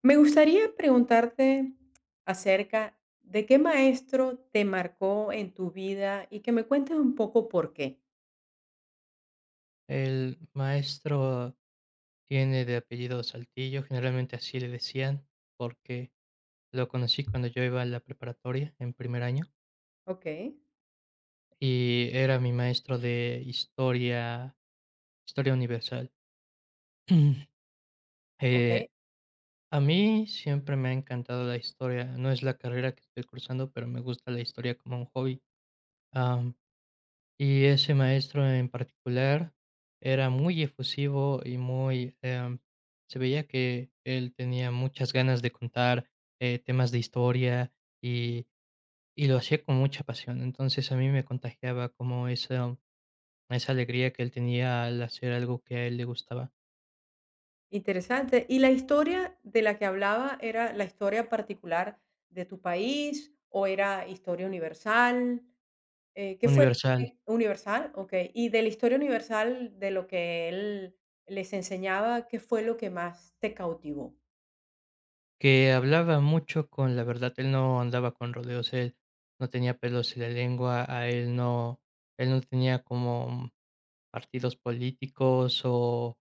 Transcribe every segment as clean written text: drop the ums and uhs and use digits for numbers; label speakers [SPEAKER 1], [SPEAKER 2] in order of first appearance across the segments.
[SPEAKER 1] Me gustaría preguntarte acerca de qué maestro te marcó en tu vida y que me cuentes un poco por qué.
[SPEAKER 2] El maestro tiene de apellido Saltillo, generalmente así le decían, porque lo conocí cuando yo iba a la preparatoria en primer año
[SPEAKER 1] Okey,
[SPEAKER 2] y era mi maestro de historia, historia universal.
[SPEAKER 1] okey,
[SPEAKER 2] Eh, a mí siempre me ha encantado la historia, no es la carrera que estoy cursando, pero me gusta la historia como un hobby. Y ese maestro en particular era muy efusivo y muy, se veía que él tenía muchas ganas de contar, temas de historia y lo hacía con mucha pasión. Entonces, a mí me contagiaba como esa alegría que él tenía al hacer algo que a él le gustaba.
[SPEAKER 1] interesante. ¿Y la historia de la que hablaba era la historia particular de tu país o era historia universal? ¿Qué fue?
[SPEAKER 2] Universal.
[SPEAKER 1] Universal, okey. Y de la historia universal de lo que él les enseñaba, ¿qué fue lo que más te cautivó?
[SPEAKER 2] Que hablaba mucho con la verdad, él no andaba con rodeos, él no tenía pelos en la lengua, a él no tenía como partidos políticos o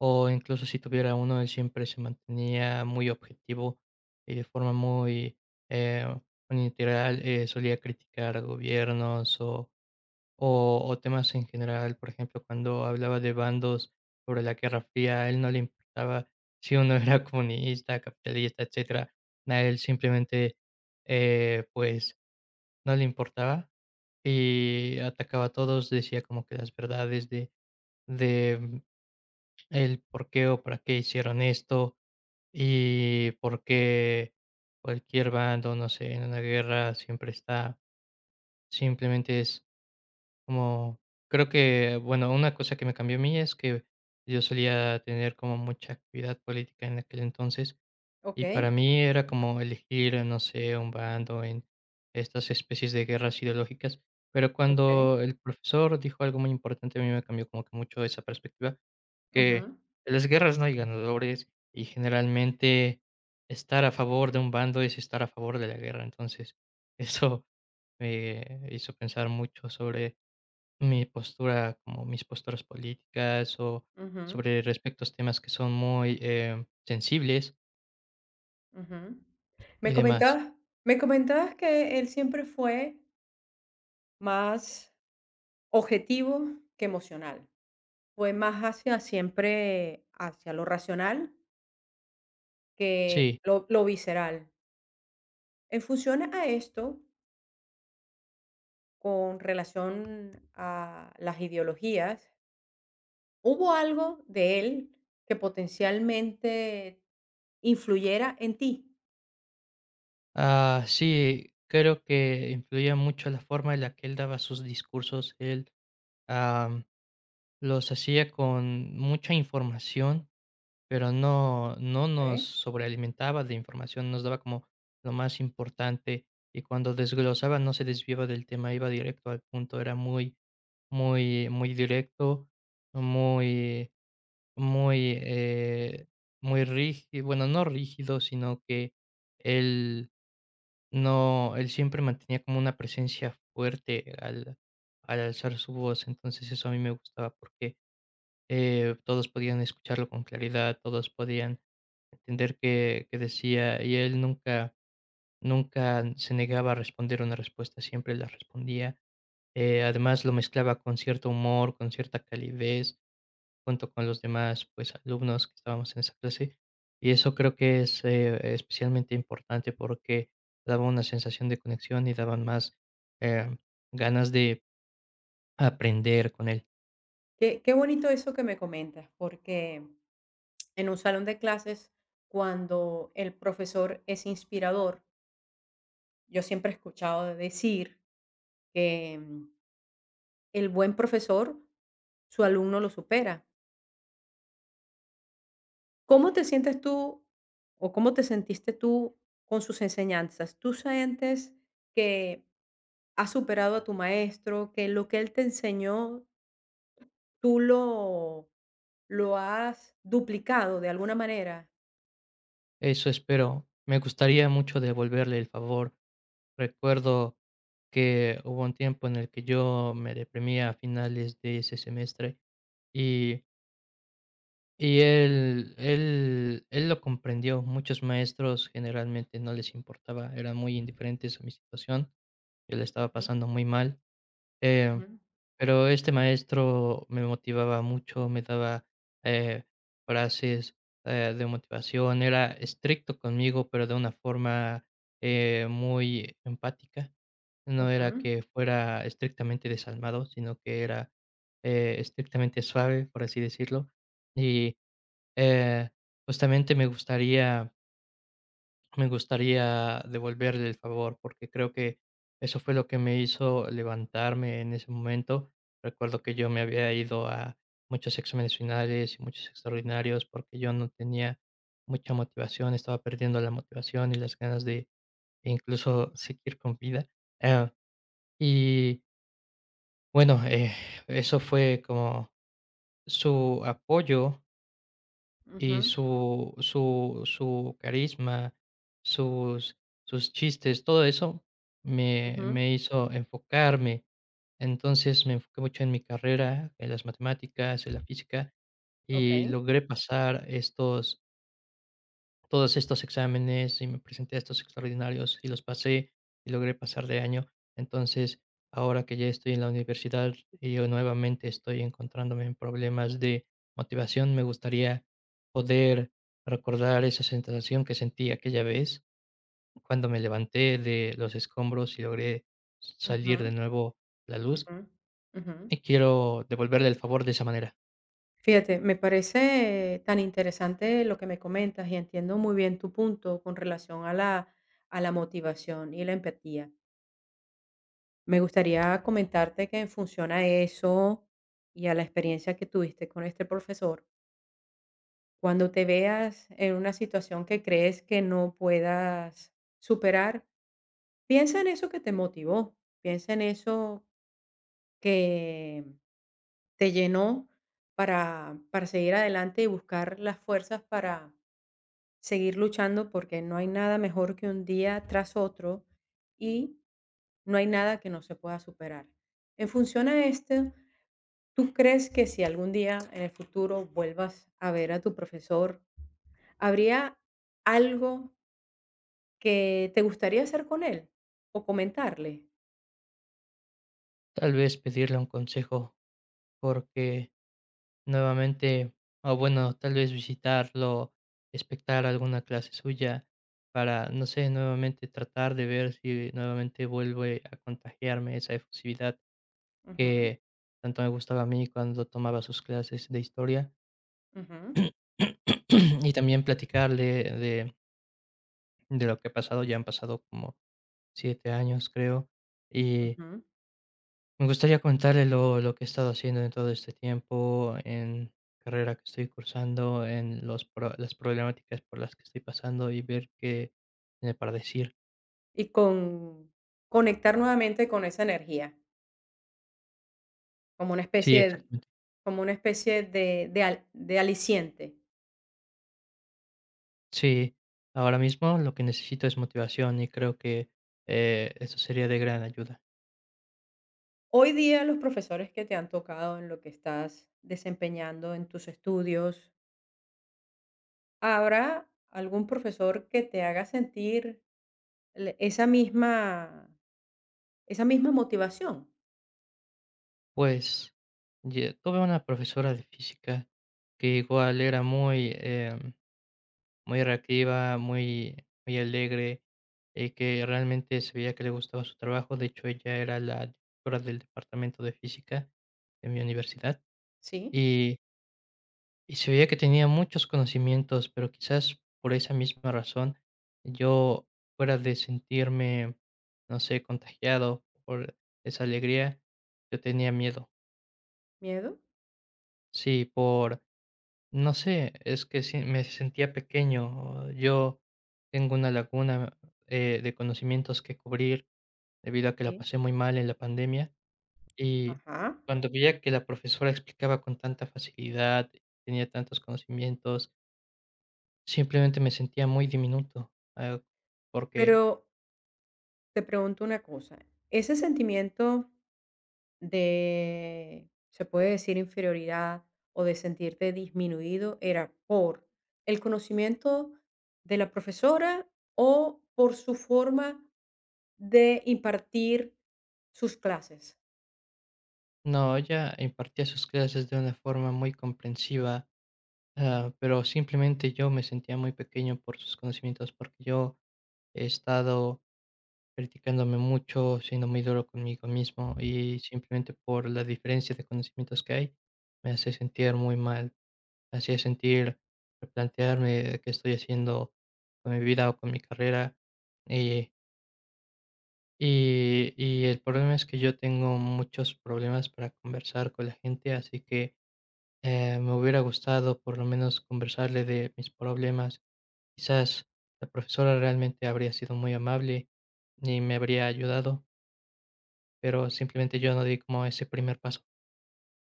[SPEAKER 2] incluso si tuviera uno, él siempre se mantenía muy objetivo y de forma muy, eh, unilateral, solía criticar gobiernos o o temas en general, por ejemplo, cuando hablaba de bandos sobre la Guerra Fría, a él no le importaba si uno era comunista, capitalista, etcétera. A él simplemente, pues, no le importaba y atacaba a todos, decía como que las verdades de el por qué o para qué hicieron esto y por qué cualquier bando, no sé, en una guerra siempre está, simplemente es como creo que, bueno, una cosa que me cambió a mí es que yo solía tener como mucha actividad política en aquel entonces, y para
[SPEAKER 1] Okey,
[SPEAKER 2] mí era como elegir, no sé, un bando en estas especies de guerras ideológicas, pero
[SPEAKER 1] okey.
[SPEAKER 2] cuando el profesor dijo algo muy importante, a mí me cambió como que mucho esa perspectiva, que
[SPEAKER 1] Ujú,
[SPEAKER 2] en las guerras no hay ganadores y generalmente estar a favor de un bando es estar a favor de la guerra. Entonces, eso me hizo pensar mucho sobre mi postura, como mis posturas políticas o
[SPEAKER 1] ujú.
[SPEAKER 2] sobre respectos temas que son muy sensibles
[SPEAKER 1] Ujú.
[SPEAKER 2] y
[SPEAKER 1] Me
[SPEAKER 2] demás.
[SPEAKER 1] comentabas me comentabas que él siempre fue más objetivo que emocional. Fue más hacia siempre hacia lo racional que
[SPEAKER 2] Sí,
[SPEAKER 1] lo visceral. En función a esto, con relación a las ideologías, ¿hubo algo de él que potencialmente influyera en ti?
[SPEAKER 2] ah, sí, creo que influía mucho la forma en la que él daba sus discursos. Él, am, los hacía con mucha información. Pero no nos
[SPEAKER 1] Okey.
[SPEAKER 2] sobrealimentaba de información, nos daba como lo más importante, y cuando desglosaba no se desviaba del tema, iba directo al punto, era muy directo, muy muy, muy rígido, bueno, no rígido, sino que él no él siempre mantenía como una presencia fuerte al alzar su voz, entonces eso a mí me gustaba porque todos podían escucharlo con claridad, todos podían entender qué decía y él nunca, nunca se negaba a responder una respuesta, siempre la respondía. Además lo mezclaba con cierto humor, con cierta calidez, junto con los demás pues alumnos que estábamos en esa clase. Y eso creo que es especialmente importante porque daba una sensación de conexión y daban más eh, ganas de aprender con él.
[SPEAKER 1] Qué qué bonito eso que me comentas, porque en un salón de clases, cuando el profesor es inspirador, yo siempre he escuchado decir que el buen profesor, su alumno lo supera. ¿Cómo te sientes tú o cómo te sentiste tú con sus enseñanzas? ¿Tú sientes que has superado a tu maestro, que lo que él te enseñó, tú lo, lo has duplicado de alguna manera?
[SPEAKER 2] Eso espero. Me gustaría mucho devolverle el favor. Recuerdo que hubo un tiempo en el que yo me deprimía a finales de ese semestre y, y él lo comprendió. Muchos maestros generalmente no les importaba, eran muy indiferentes a mi situación. Yo la estaba
[SPEAKER 1] Ujú,
[SPEAKER 2] pasando muy mal. Eh,
[SPEAKER 1] ujú.
[SPEAKER 2] pero este maestro me motivaba mucho, me daba, eh, frases, de motivación, era estricto conmigo, pero de una forma, muy empática. No era
[SPEAKER 1] Ujú,
[SPEAKER 2] que fuera estrictamente desalmado, sino que era, estrictamente suave, por así decirlo. Y, eh, justamente me gustaría devolverle el favor, porque creo que eso fue lo que me hizo levantarme en ese momento. Recuerdo que yo me había ido a muchos exámenes finales y muchos extraordinarios porque yo no tenía mucha motivación, estaba perdiendo la motivación y las ganas de e incluso seguir con vida. Ah, y bueno, eso fue como su apoyo y
[SPEAKER 1] ujú,
[SPEAKER 2] su carisma, sus sus chistes, todo eso
[SPEAKER 1] ujú.
[SPEAKER 2] me hizo enfocarme. Entonces, me enfoqué mucho en mi carrera, en las matemáticas, en la física, y
[SPEAKER 1] Okey.
[SPEAKER 2] logré pasar estos todos estos exámenes y me presenté a estos extraordinarios y los pasé y logré pasar de año. Entonces, ahora que ya estoy en la universidad y yo nuevamente estoy encontrándome en problemas de motivación, me gustaría poder recordar esa sensación que sentí aquella vez cuando me levanté de los escombros y logré
[SPEAKER 1] Ujú,
[SPEAKER 2] salir de nuevo a la luz.
[SPEAKER 1] ujú, ujú.
[SPEAKER 2] Y quiero devolverle el favor de esa manera.
[SPEAKER 1] Fíjate, me parece tan interesante lo que me comentas y entiendo muy bien tu punto con relación a la motivación y la empatía. Me gustaría comentarte que en función a eso y a la experiencia que tuviste con este profesor, cuando te veas en una situación que crees que no puedas superar, piensa en eso que te motivó, piensa en eso que te llenó para seguir adelante y buscar las fuerzas para seguir luchando porque no hay nada mejor que un día tras otro y no hay nada que no se pueda superar. En función a esto, ¿tú crees que si algún día en el futuro vuelvas a ver a tu profesor, habría algo que te gustaría hacer con él o comentarle?
[SPEAKER 2] Tal vez pedirle un consejo porque, nuevamente, o bueno, tal vez visitarlo, espectar alguna clase suya para, no sé, nuevamente tratar de ver si nuevamente vuelve a contagiarme esa efusividad
[SPEAKER 1] Ujú,
[SPEAKER 2] que tanto me gustaba a mí cuando tomaba sus clases de historia.
[SPEAKER 1] ujú,
[SPEAKER 2] Y también platicarle de lo que ha pasado. Ya han pasado como 7 años, creo.
[SPEAKER 1] ujú.
[SPEAKER 2] Me gustaría contarle lo que he estado haciendo en todo este tiempo, en carrera que estoy cursando, en las problemáticas por las que estoy pasando y ver qué tiene para decir.
[SPEAKER 1] Y conectar nuevamente con esa energía. Como una
[SPEAKER 2] Sí,
[SPEAKER 1] especie
[SPEAKER 2] exactamente.
[SPEAKER 1] como una especie de aliciente.
[SPEAKER 2] Sí, ahora mismo lo que necesito es motivación y creo que eso sería de gran ayuda.
[SPEAKER 1] Hoy día, los profesores que te han tocado en lo que estás desempeñando en tus estudios, ¿habrá algún profesor que te haga sentir le esa misma motivación?
[SPEAKER 2] Pues tuve una profesora de física que igual era muy, muy reactiva, muy, muy alegre, que realmente se veía que le gustaba su trabajo. De hecho, ella era la directora del departamento de física de mi universidad
[SPEAKER 1] ¿Sí?
[SPEAKER 2] y, y se veía que tenía muchos conocimientos, pero quizás por esa misma razón yo, fuera de sentirme, no sé, contagiado por esa alegría, yo tenía miedo.
[SPEAKER 1] ¿Miedo?
[SPEAKER 2] Sí, por no sé, es que sí, me sentía pequeño. Yo tengo una laguna, de conocimientos que cubrir, debido a que la
[SPEAKER 1] Sí.
[SPEAKER 2] pasé muy mal en la pandemia, y
[SPEAKER 1] Ajá.
[SPEAKER 2] cuando veía que la profesora explicaba con tanta facilidad, tenía tantos conocimientos, simplemente me sentía muy diminuto, ah,
[SPEAKER 1] Pero
[SPEAKER 2] porque...
[SPEAKER 1] te pregunto una cosa, ese sentimiento de, se puede decir, inferioridad o de sentirte disminuido era por el conocimiento de la profesora o por su forma de impartir sus clases.
[SPEAKER 2] No, ella impartía sus clases de una forma muy comprensiva, ah, pero simplemente yo me sentía muy pequeño por sus conocimientos, porque yo he estado criticándome mucho, siendo muy duro conmigo mismo y simplemente por la diferencia de conocimientos que hay, me hace sentir muy mal. Me hacía sentir, replantearme qué estoy haciendo con mi vida o con mi carrera. Eh, y el problema es que yo tengo muchos problemas para conversar con la gente, así que, me hubiera gustado por lo menos conversarle de mis problemas. Quizás la profesora realmente habría sido muy amable y me habría ayudado. Pero simplemente yo no di como ese primer paso.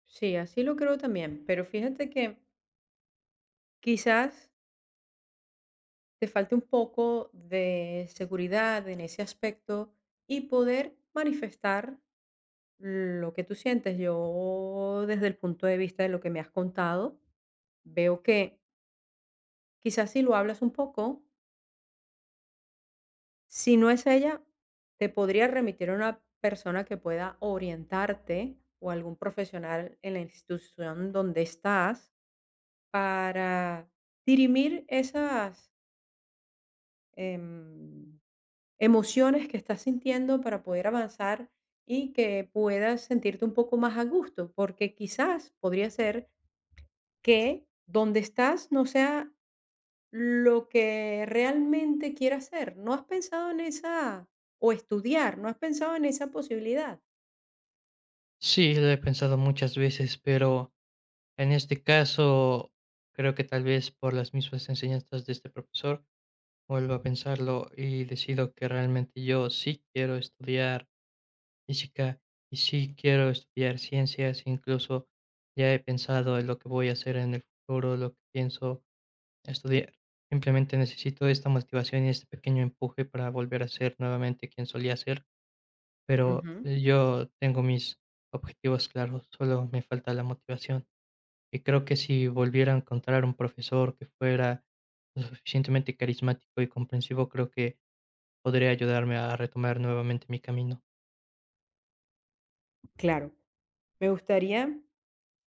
[SPEAKER 1] Sí, así lo creo también, pero fíjate que quizás te falte un poco de seguridad en ese aspecto y poder manifestar lo que tú sientes. Yo, desde el punto de vista de lo que me has contado, veo que quizás si lo hablas un poco, si no es ella, te podría remitir a una persona que pueda orientarte o algún profesional en la institución donde estás para dirimir esas em, emociones que estás sintiendo para poder avanzar y que puedas sentirte un poco más a gusto, porque quizás podría ser que donde estás no sea lo que realmente quiera hacer. ¿No has pensado en esa o estudiar? ¿No has pensado en esa posibilidad?
[SPEAKER 2] Sí, lo he pensado muchas veces, pero en este caso, creo que tal vez por las mismas enseñanzas de este profesor, vuelvo a pensarlo y decido que realmente yo sí quiero estudiar física y sí quiero estudiar ciencias. Incluso ya he pensado en lo que voy a hacer en el futuro, lo que pienso estudiar. Simplemente necesito esta motivación y este pequeño empuje para volver a ser nuevamente quien solía ser. Pero
[SPEAKER 1] Ujú.
[SPEAKER 2] yo tengo mis objetivos claros, solo me falta la motivación. Y creo que si volviera a encontrar un profesor que fuera lo suficientemente carismático y comprensivo, creo que podría ayudarme a retomar nuevamente mi camino.
[SPEAKER 1] Claro, me gustaría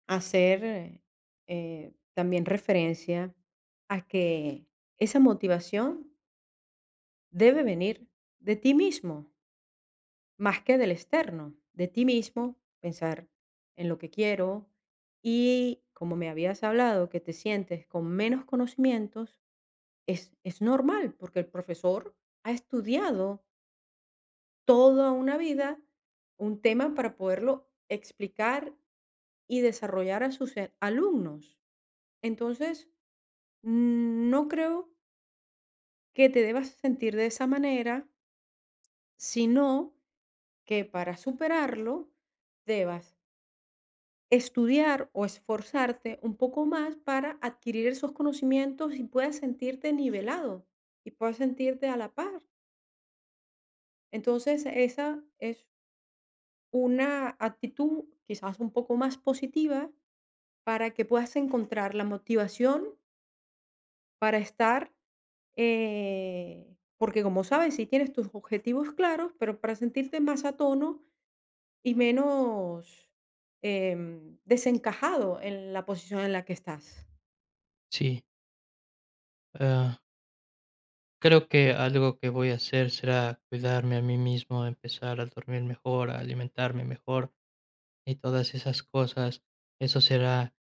[SPEAKER 1] hacer también referencia a que esa motivación debe venir de ti mismo, más que del externo, de ti mismo, pensar en lo que quiero y como me habías hablado, que te sientes con menos conocimientos, es normal, porque el profesor ha estudiado toda una vida un tema para poderlo explicar y desarrollar a sus, alumnos. Entonces, no creo que te debas sentir de esa manera, sino que para superarlo debas estudiar o esforzarte un poco más para adquirir esos conocimientos y puedas sentirte nivelado y puedas sentirte a la par. Entonces, esa es una actitud quizás un poco más positiva para que puedas encontrar la motivación para estar, porque como sabes, si tienes tus objetivos claros, pero para sentirte más a tono y menos desencajado en la posición en la que estás.
[SPEAKER 2] Sí, ah, creo que algo que voy a hacer será cuidarme a mí mismo, empezar a dormir mejor, a alimentarme mejor y todas esas cosas. Eso será,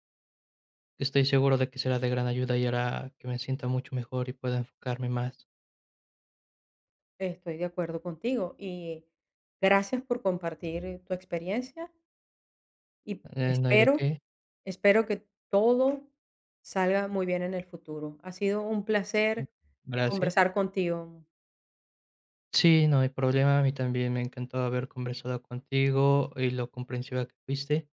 [SPEAKER 2] estoy seguro de que será de gran ayuda y hará que me sienta mucho mejor y pueda enfocarme más.
[SPEAKER 1] Estoy de acuerdo contigo y gracias por compartir tu experiencia. Y
[SPEAKER 2] No hay de
[SPEAKER 1] espero,
[SPEAKER 2] qué.
[SPEAKER 1] espero que todo salga muy bien en el futuro. Ha sido un placer
[SPEAKER 2] Gracias.
[SPEAKER 1] conversar contigo.
[SPEAKER 2] Sí, no hay problema. A mí también me encantó haber conversado contigo y lo comprensiva que fuiste.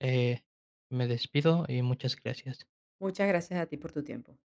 [SPEAKER 2] Eh, Me despido y muchas gracias.
[SPEAKER 1] Muchas gracias a ti por tu tiempo.